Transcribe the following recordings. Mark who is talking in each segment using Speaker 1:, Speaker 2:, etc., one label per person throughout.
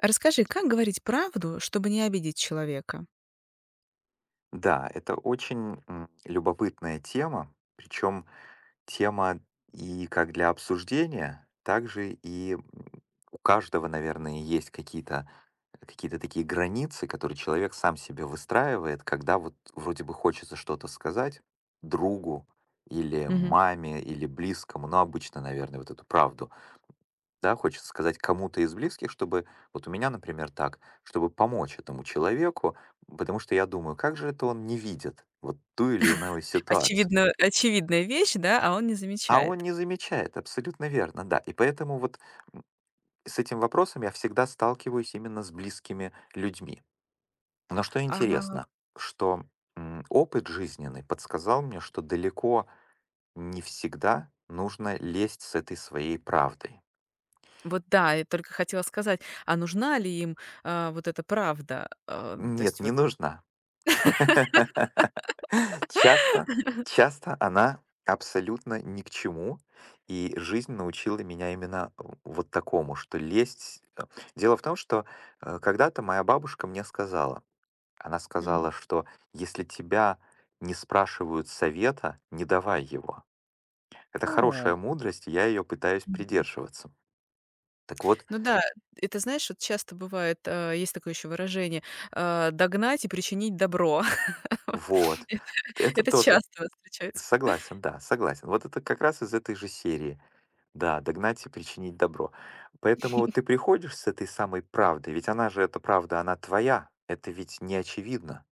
Speaker 1: Расскажи, как говорить правду, чтобы не обидеть человека?
Speaker 2: Да, это очень любопытная тема, причем тема и как для обсуждения, также и у каждого, наверное, есть какие-то такие границы, которые человек сам себе выстраивает, когда вот вроде бы хочется что-то сказать другу, или
Speaker 1: Мгм.
Speaker 2: маме, или близкому, но обычно, наверное, вот эту правду, да, хочется сказать кому-то из близких, чтобы вот у меня, например, так, чтобы помочь этому человеку, потому что я думаю, как же это он не видит вот ту или иную ситуацию.
Speaker 1: Очевидно очевидная вещь, да, а он не
Speaker 2: А
Speaker 1: замечает.
Speaker 2: он не замечает, абсолютно верно, да. И поэтому вот м, с этим вопросом я всегда сталкиваюсь именно с близкими людьми. Но что
Speaker 1: А,
Speaker 2: интересно, что опыт жизненный подсказал мне, что далеко не всегда нужно лезть с этой своей правдой.
Speaker 1: вот да, я только хотела сказать, нужна ли им, вот эта правда? А то
Speaker 2: Нет,
Speaker 1: есть
Speaker 2: не
Speaker 1: вот.
Speaker 2: нужно. Часто, часто, она абсолютно ни к чему, и жизнь научила меня именно вот такому, что лезть. Дело в том, что когда-то моя бабушка мне сказала, она сказала, что если тебя не спрашивают совета, не давай его. Это
Speaker 1: О.
Speaker 2: хорошая мудрость, и я ее пытаюсь
Speaker 1: Мгм.
Speaker 2: придерживаться. Так вот,
Speaker 1: Ну да, это знаешь, вот часто бывает, есть такое еще выражение, догнать и причинить добро. Вот.
Speaker 2: вот,
Speaker 1: Это
Speaker 2: это
Speaker 1: это
Speaker 2: тоже...
Speaker 1: часто встречается.
Speaker 2: Согласен, да, согласен. Вот это как раз из этой же серии. Да, догнать и причинить добро. Поэтому вот ты приходишь с этой самой правдой, ведь она же, эта правда, она твоя. Это ведь не очевидно.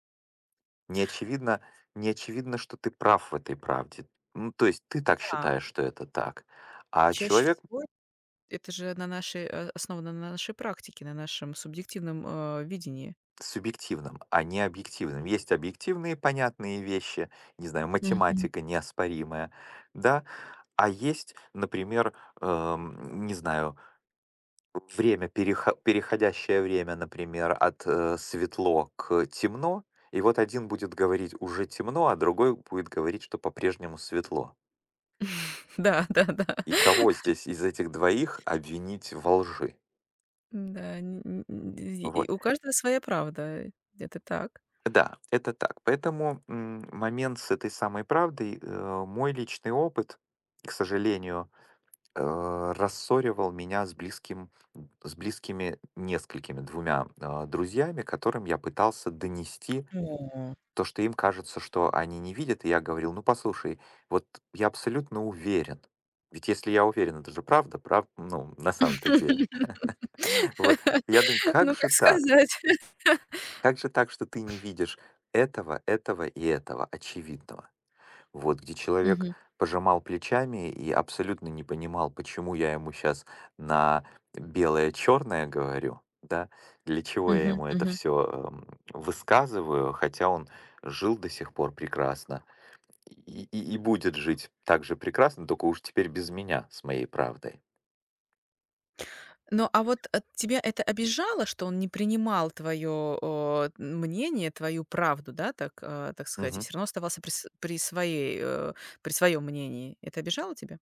Speaker 2: Не очевидно, не очевидно, что ты прав в этой правде. Ну, то есть ты так
Speaker 1: Да,
Speaker 2: считаешь, что это так. А
Speaker 1: чаще
Speaker 2: человек
Speaker 1: всего это же основано на нашей практике, на нашем субъективном, видении.
Speaker 2: субъективным, а не объективным. Есть объективные понятные вещи, не знаю,
Speaker 1: Мгм.
Speaker 2: математика неоспоримая, да, а есть, например, не знаю, время, переходящее время, например, от светло к темно, и вот один будет говорить, уже темно, а другой будет говорить, что по-прежнему светло.
Speaker 1: Да, да, да.
Speaker 2: И кого здесь из этих двоих обвинить во лжи?
Speaker 1: Да, н н н
Speaker 2: Вот.
Speaker 1: и у каждого своя правда. Это так.
Speaker 2: Да, это так. Поэтому момент с этой самой правдой, мой личный опыт, к сожалению, э, рассоривал меня с близкими несколькими двумя друзьями, которым я пытался донести
Speaker 1: О.
Speaker 2: то, что им кажется, что они не видят, и я говорил: «Ну, послушай, вот я абсолютно уверен». Ведь если я уверен, это же правда, прав ну, на самом-то деле. Вот. Я думаю:
Speaker 1: Ну,
Speaker 2: «Как
Speaker 1: как
Speaker 2: же так?
Speaker 1: сказать?
Speaker 2: Как же так, что ты не видишь этого, этого и этого очевидного?» Вот где человек
Speaker 1: Мгм.
Speaker 2: пожимал плечами и абсолютно не понимал, почему я ему сейчас на белое-черное говорю, да, для чего я
Speaker 1: Мгм.
Speaker 2: ему это
Speaker 1: Мгм.
Speaker 2: все высказываю, хотя он жил до сих пор прекрасно, и будет жить так же прекрасно, только уж теперь без меня с моей правдой.
Speaker 1: Ну, а вот, тебя это обижало, что он не принимал твоё, мнение, твою правду, да, так, так сказать, и
Speaker 2: Мгм.
Speaker 1: все равно оставался при с при своей, э, при своём мнении. Это обижало тебя?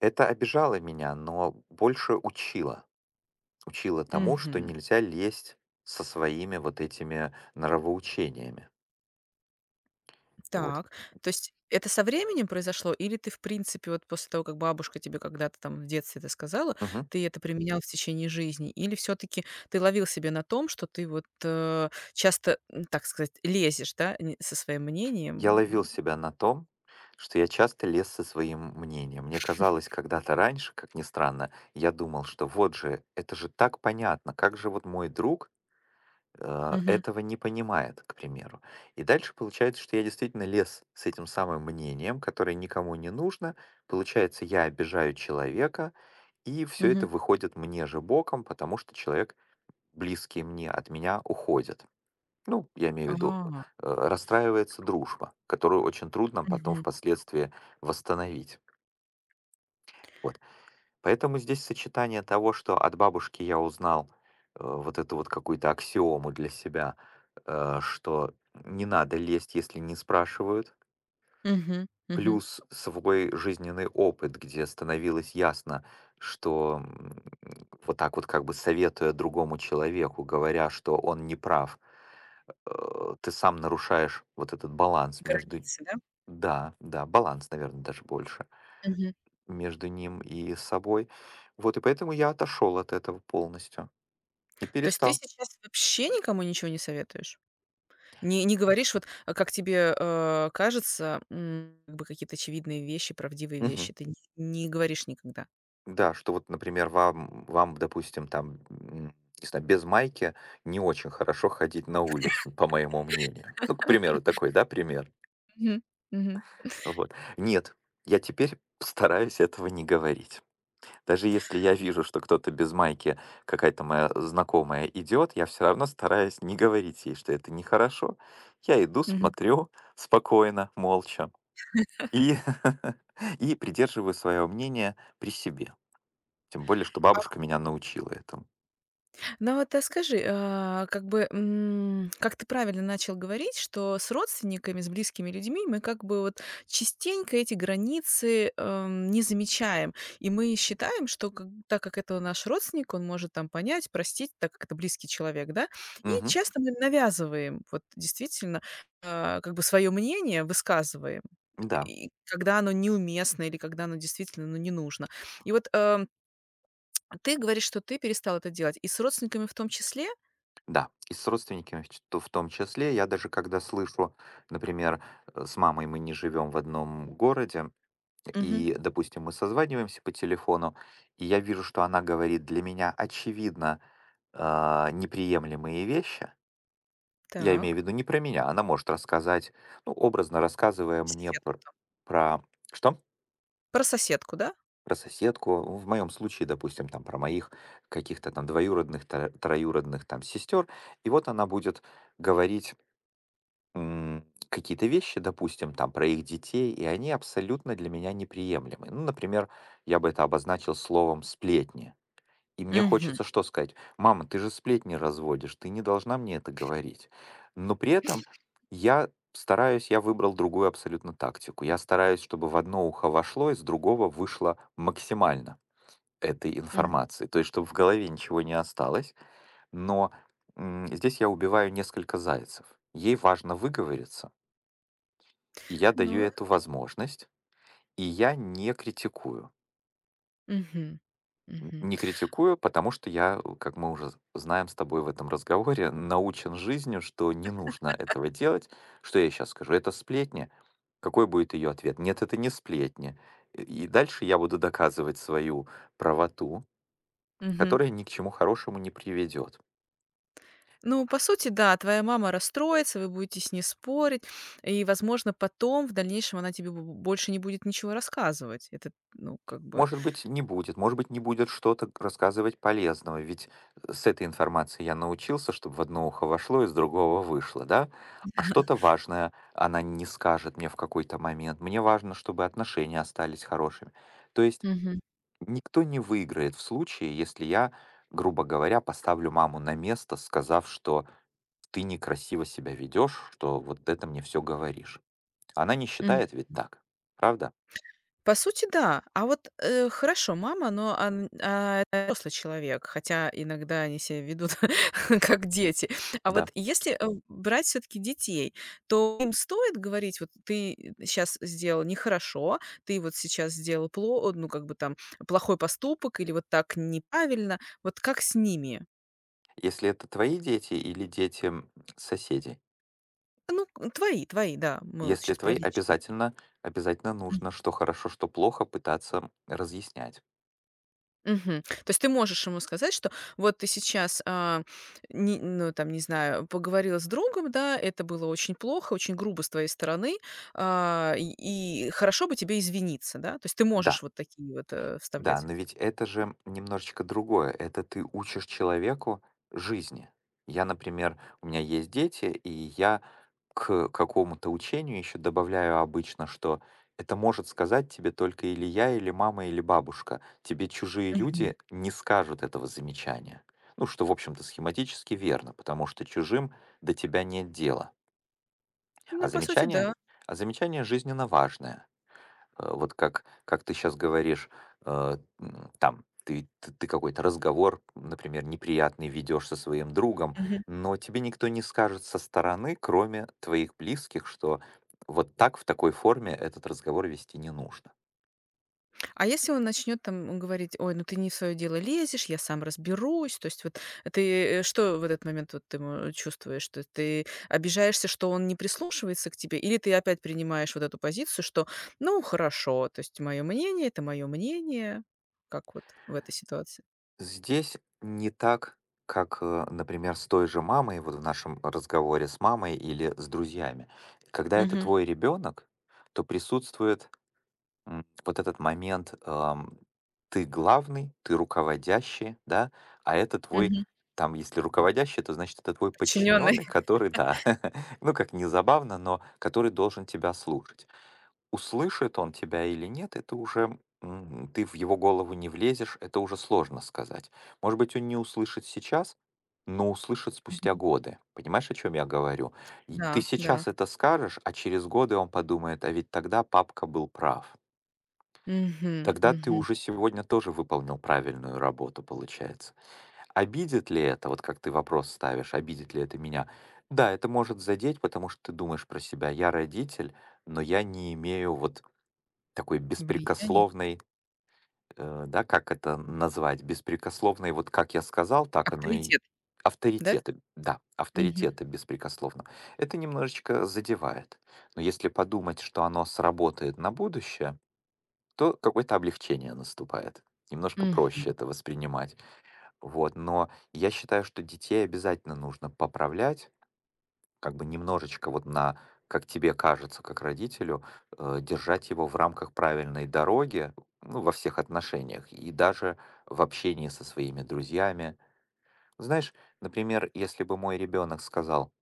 Speaker 2: Это обижало меня, но больше учило. Учило тому, что
Speaker 1: Мгм.
Speaker 2: нельзя лезть со своими вот этими нравоучениями. Вот.
Speaker 1: Так. То есть это со временем произошло или ты, в принципе, вот после того, как бабушка тебе когда-то там в детстве это сказала,
Speaker 2: Мгм.
Speaker 1: ты это применял в течение жизни? Или все таки ты ловил себя на том, что ты вот, часто, так сказать, лезешь, да, не со своим
Speaker 2: Я
Speaker 1: мнением?
Speaker 2: ловил себя на том, что я часто лез со своим мнением. Мне казалось когда-то раньше, как ни странно, я думал, что вот же, это же так понятно, как же вот мой друг
Speaker 1: Мгм,
Speaker 2: этого не понимает, к примеру. И дальше получается, что я действительно лез с этим самым мнением, которое никому не нужно. Получается, я обижаю человека, и все
Speaker 1: мгм.
Speaker 2: это выходит мне же боком, потому что человек, близкий мне, от меня уходит. Ну, я имею в виду,
Speaker 1: А.
Speaker 2: расстраивается дружба, которую очень трудно потом
Speaker 1: Мгм.
Speaker 2: впоследствии восстановить. Вот. Поэтому здесь сочетание того, что от бабушки я узнал, вот эту вот какую-то аксиому для себя, что не надо лезть, если не спрашивают,
Speaker 1: Мгм. Мгм.
Speaker 2: плюс свой жизненный опыт, где становилось ясно, что вот так вот как бы советуя другому человеку, говоря, что он не прав, ты сам нарушаешь вот этот баланс между...
Speaker 1: Границы, да?
Speaker 2: Да, да, баланс, наверное, даже больше.
Speaker 1: Мгм.
Speaker 2: Между ним и собой. Вот, и поэтому я отошел от этого полностью и
Speaker 1: То есть ты
Speaker 2: перестал.
Speaker 1: сейчас вообще никому ничего не советуешь? Не говоришь, вот, как тебе, кажется, как бы какие-то очевидные вещи, правдивые
Speaker 2: Мгм.
Speaker 1: вещи, ты не говоришь никогда?
Speaker 2: Да, что вот, например, вам, допустим, там, не знаю, без майки не очень хорошо ходить на улицу, по моему мнению. Ну, к примеру, такой, да, пример.
Speaker 1: Мгм. Мгм.
Speaker 2: Вот. Нет, я теперь стараюсь этого не говорить. Даже если я вижу, что кто-то без майки, какая-то моя знакомая идет, я все равно стараюсь не говорить ей, что это нехорошо. Я иду,
Speaker 1: Мгм.
Speaker 2: смотрю спокойно, молча. И придерживаю свое мнение при себе. Тем более, что бабушка меня научила этому.
Speaker 1: Ну вот, а скажи, как бы, как ты правильно начал говорить, что с родственниками, с близкими людьми мы как бы вот частенько эти границы, не замечаем. И мы считаем, что как так как это наш родственник, он может там понять, простить, так как это близкий человек, да. И
Speaker 2: Мгм.
Speaker 1: часто мы навязываем вот действительно, как бы свое мнение высказываем,
Speaker 2: Да,
Speaker 1: и когда оно неуместно или когда оно действительно, ну, не нужно. И вот, ты говоришь, что ты перестал это делать и с родственниками в том числе.
Speaker 2: да. И с родственниками в ч то в том числе. Я даже когда слышу, например, с мамой мы не живем в одном городе,
Speaker 1: Мгм.
Speaker 2: и, допустим, мы созваниваемся по телефону, и я вижу, что она говорит для меня, очевидно, неприемлемые вещи. Я имею в
Speaker 1: Так.
Speaker 2: виду не про меня. Она может рассказать, ну, образно рассказывая мне
Speaker 1: Соседку
Speaker 2: пр
Speaker 1: там.
Speaker 2: про... Что?
Speaker 1: Про соседку, да?
Speaker 2: Про соседку, ну, в моем случае, допустим, там про моих каких-то там двоюродных, троюродных там сестер, и вот она будет говорить какие-то вещи, допустим, там про их детей, и они абсолютно для меня неприемлемы. Ну, например, я бы это обозначил словом «сплетни». И мне
Speaker 1: Мгм.
Speaker 2: хочется что сказать? Мама, ты же сплетни разводишь, ты не должна мне это говорить. Но при этом я стараюсь, я выбрал другую абсолютно тактику. Я стараюсь, чтобы в одно ухо вошло, из другого вышло максимально этой
Speaker 1: Мгм.
Speaker 2: информации. То есть, чтобы в голове ничего не осталось, но здесь я убиваю несколько зайцев. Ей важно выговориться, и я даю
Speaker 1: Ну
Speaker 2: эту
Speaker 1: да.
Speaker 2: возможность, и я не критикую.
Speaker 1: Мгм. Мгм.
Speaker 2: Не критикую, потому что я, как мы уже знаем с тобой в этом разговоре, научен жизнью, что не нужно этого делать. Что я сейчас скажу? Это сплетни. Какой будет ее ответ? Нет, это не сплетни. И дальше я буду доказывать свою правоту,
Speaker 1: Мгм.
Speaker 2: которая ни к чему хорошему не приведет.
Speaker 1: Ну, по сути, да, твоя мама расстроится, вы будете с ней спорить, и, возможно, потом, в дальнейшем, она тебе бо больше не будет ничего рассказывать. Это, ну, как бы.
Speaker 2: Может быть, не будет, может быть, не будет что-то рассказывать полезного, ведь с этой информацией я научился, чтобы в одно ухо вошло, из другого вышло, да? А что-то важное она не скажет мне в какой-то момент. Мне важно, чтобы отношения остались хорошими. То есть никто не выиграет в случае, если я, грубо говоря, поставлю маму на место, сказав, что ты некрасиво себя ведешь, что вот это мне все говоришь. Она не
Speaker 1: Мгм.
Speaker 2: считает ведь так, правда?
Speaker 1: По сути, да. А вот, хорошо, мама, но это взрослый человек, хотя иногда они себя ведут как дети. А вот
Speaker 2: Да.
Speaker 1: если, брать все таки детей, то им стоит говорить: "Вот ты сейчас сделал нехорошо, ты вот сейчас сделал пло ну, как бы там плохой поступок или вот так неправильно". Вот как с ними?
Speaker 2: Если это твои дети или дети соседей.
Speaker 1: Ну, твои, да, мы вот
Speaker 2: Если
Speaker 1: сейчас про
Speaker 2: твои,
Speaker 1: личные.
Speaker 2: обязательно, обязательно нужно, что хорошо, что плохо, пытаться разъяснять.
Speaker 1: Мгм. То есть ты можешь ему сказать, что вот ты сейчас, не ну, там, не знаю, поговорила с другом, да, это было очень плохо, очень грубо с твоей стороны, а, и и хорошо бы тебе извиниться, да? То есть ты
Speaker 2: Да.
Speaker 1: можешь вот такие вот,
Speaker 2: Да,
Speaker 1: вставлять.
Speaker 2: но ведь это же немножечко другое. Это ты учишь человеку жизни. Я, например, у меня есть дети, и я к какому-то учению еще добавляю обычно, что это может сказать тебе только или я, или мама, или бабушка. Тебе чужие
Speaker 1: Мгм.
Speaker 2: люди не скажут этого замечания. Ну, что, в общем-то, схематически верно, потому что чужим до тебя нет дела. А
Speaker 1: Ну, по сути,
Speaker 2: замечание,
Speaker 1: да.
Speaker 2: а замечание, жизненно важное. Вот как ты сейчас говоришь, там ты какой-то разговор, например, неприятный ведешь со своим другом, но тебе никто не скажет со стороны, кроме твоих близких, что вот так, в такой форме этот разговор вести не нужно.
Speaker 1: А если он начнет там говорить: "Ой, ну ты не в свое дело лезешь, я сам разберусь". То есть вот ты, что в этот момент вот ты мо чувствуешь? Что ты обижаешься, что он не прислушивается к тебе, или ты опять принимаешь вот эту позицию, что: "Ну, хорошо, то есть мое мнение - это мое мнение"? Как вот в этой ситуации?
Speaker 2: Здесь не так, как, например, с той же мамой, вот в нашем разговоре с мамой или с друзьями. Когда это
Speaker 1: Мгм,
Speaker 2: твой ребенок, то присутствует вот этот момент, ты главный, ты руководящий, да, а это твой,
Speaker 1: мгм.
Speaker 2: там, если руководящий, то значит это твой
Speaker 1: Подчиненный.
Speaker 2: подчиненный, который, да, ну как не забавно, но который должен тебя слушать. Услышит он тебя или нет, это уже ты в его голову не влезешь, это уже сложно сказать. Может быть, он не услышит сейчас, но услышит спустя годы. Понимаешь, о чем я говорю? И
Speaker 1: Да,
Speaker 2: ты
Speaker 1: да.
Speaker 2: сейчас это скажешь, а через годы он подумает, а ведь тогда папка был прав.
Speaker 1: Мгм,
Speaker 2: Тогда ты
Speaker 1: мгм.
Speaker 2: уже сегодня тоже выполнил правильную работу, получается. Обидит ли это, вот как ты вопрос ставишь, обидит ли это меня? Да, это может задеть, потому что ты думаешь про себя. Я родитель, но я не имею вот такой
Speaker 1: Влияние,
Speaker 2: беспрекословной, да, как это назвать, беспрекословной, вот как я сказал, так оно и
Speaker 1: авторитет, да?
Speaker 2: авторитета, да,
Speaker 1: Мгм,
Speaker 2: авторитета беспрекословно. Это немножечко задевает. Но если подумать, что оно сработает на будущее, то какое-то облегчение наступает. Немножко проще
Speaker 1: мгм,
Speaker 2: это воспринимать. Вот. Но я считаю, что детей обязательно нужно поправлять, как бы немножечко вот на, как тебе кажется, как родителю, держать его в рамках правильной дороги, ну, во всех отношениях, и даже в общении со своими друзьями. Знаешь, например, если бы мой ребенок сказал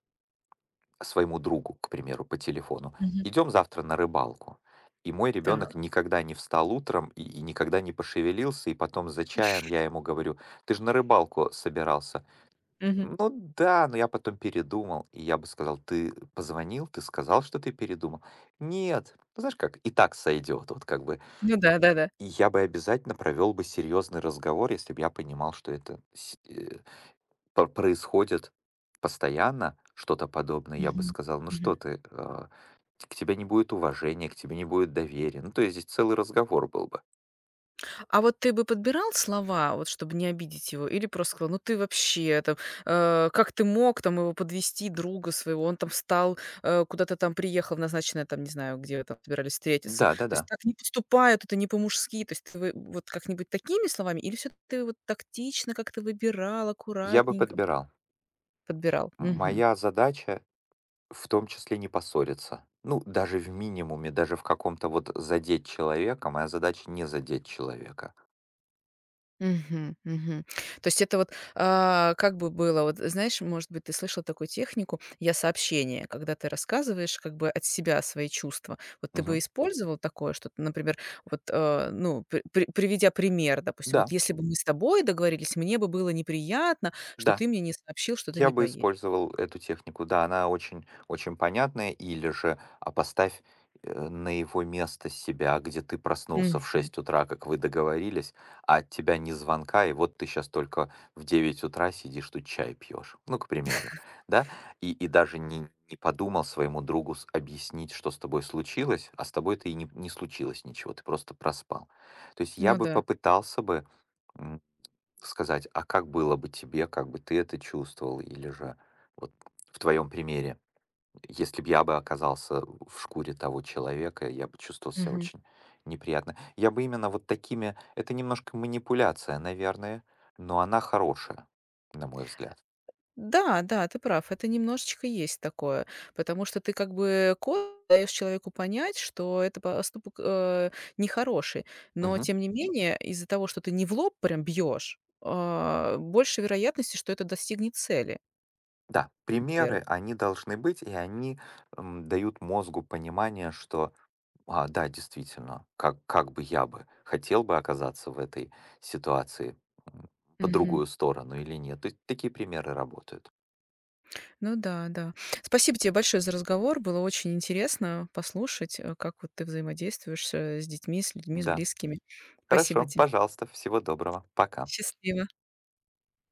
Speaker 2: своему другу, к примеру, по телефону:
Speaker 1: мгм.
Speaker 2: идем завтра на рыбалку. И мой
Speaker 1: Так,
Speaker 2: ребенок никогда не встал утром и никогда не пошевелился, и потом за чаем я ему говорю: ты же на рыбалку собирался.
Speaker 1: мгм.
Speaker 2: Ну да, но я потом передумал, и я бы сказал: ты позвонил, ты сказал, что ты передумал. Нет, ну, знаешь как, и так сойдет, вот как бы.
Speaker 1: Ну да, да-да.
Speaker 2: И я бы обязательно провел бы серьезный разговор, если бы я понимал, что это пр происходит постоянно что-то подобное, я бы
Speaker 1: Мгм,
Speaker 2: сказал: ну
Speaker 1: мгм.
Speaker 2: что ты, к тебе не будет уважения, к тебе не будет доверия. Ну, то есть здесь целый разговор был бы.
Speaker 1: А вот ты бы подбирал слова, вот чтобы не обидеть его, или просто сказал: "Ну ты вообще там, как ты мог там его подвести, друга своего? Он там встал, куда-то там приехал в назначенное, там, не знаю, где вы там собирались встретиться. То есть
Speaker 2: Да-да-да,
Speaker 1: так не поступают, это не по-мужски". То есть ты вы вот как-нибудь такими словами или все ты вот тактично как-то выбирал,
Speaker 2: я бы
Speaker 1: аккуратненько
Speaker 2: подбирал.
Speaker 1: подбирал? Мгм.
Speaker 2: Моя задача в том числе не поссориться. Ну, даже в минимуме, даже в каком-то вот задеть человека, моя задача не задеть человека.
Speaker 1: Мгм, мгм. То есть это вот, как бы было, вот знаешь, может быть, ты слышала такую технику "я сообщение", когда ты рассказываешь как бы от себя свои чувства. Вот ты бы
Speaker 2: Мгм.
Speaker 1: использовал такое, что ты, например, вот, ну, приведя пример, допустим: "Вот
Speaker 2: Да,
Speaker 1: если бы мы с тобой договорились, мне бы было неприятно, что
Speaker 2: да.
Speaker 1: ты мне не сообщил, что ты
Speaker 2: Я
Speaker 1: не
Speaker 2: бы
Speaker 1: поедешь".
Speaker 2: использовал эту технику. Да, она очень очень понятная. Или же, а поставь, на его место себя, где ты проснулся в
Speaker 1: Мгм.
Speaker 2: 6 утра, как вы договорились, а от тебя ни звонка, и вот ты сейчас только в 9 утра сидишь тут чай пьешь. Ну, к примеру, да? И даже не подумал своему другу с объяснить, что с тобой случилось, а с тобой-то и не случилось ничего, ты просто проспал. То есть я
Speaker 1: Ну
Speaker 2: бы
Speaker 1: да.
Speaker 2: попытался бы сказать: «А как было бы тебе? Как бы ты это чувствовал?» Или же вот в твоем примере: «Если бы я бы оказался в шкуре того человека, я бы чувствовал себя Мгм.
Speaker 1: Мгм.
Speaker 2: Очень неприятно». Я бы именно вот такими... Это немножко манипуляция, наверное, но она хорошая, на мой взгляд.
Speaker 1: Да, да, ты прав. Это немножечко есть такое, потому что ты как бы косвенно даешь человеку понять, что это поступок, нехороший. Но
Speaker 2: Мгм.
Speaker 1: тем не менее, из-за того, что ты не в лоб прям бьешь, больше вероятности, что это достигнет цели.
Speaker 2: Да,
Speaker 1: Верно.
Speaker 2: примеры, они должны быть, и они, дают мозгу понимание, что, а, да, действительно, как бы я бы хотел бы оказаться в этой ситуации, м, по
Speaker 1: Мгм.
Speaker 2: другую сторону или нет. То есть такие примеры работают.
Speaker 1: Ну да, да. Спасибо тебе большое за разговор. Было очень интересно послушать, как вот ты взаимодействуешь, с детьми, с людьми, с
Speaker 2: Да.
Speaker 1: близкими. Спасибо
Speaker 2: Хорошо,
Speaker 1: тебе.
Speaker 2: пожалуйста, всего доброго. Пока.
Speaker 1: Счастливо.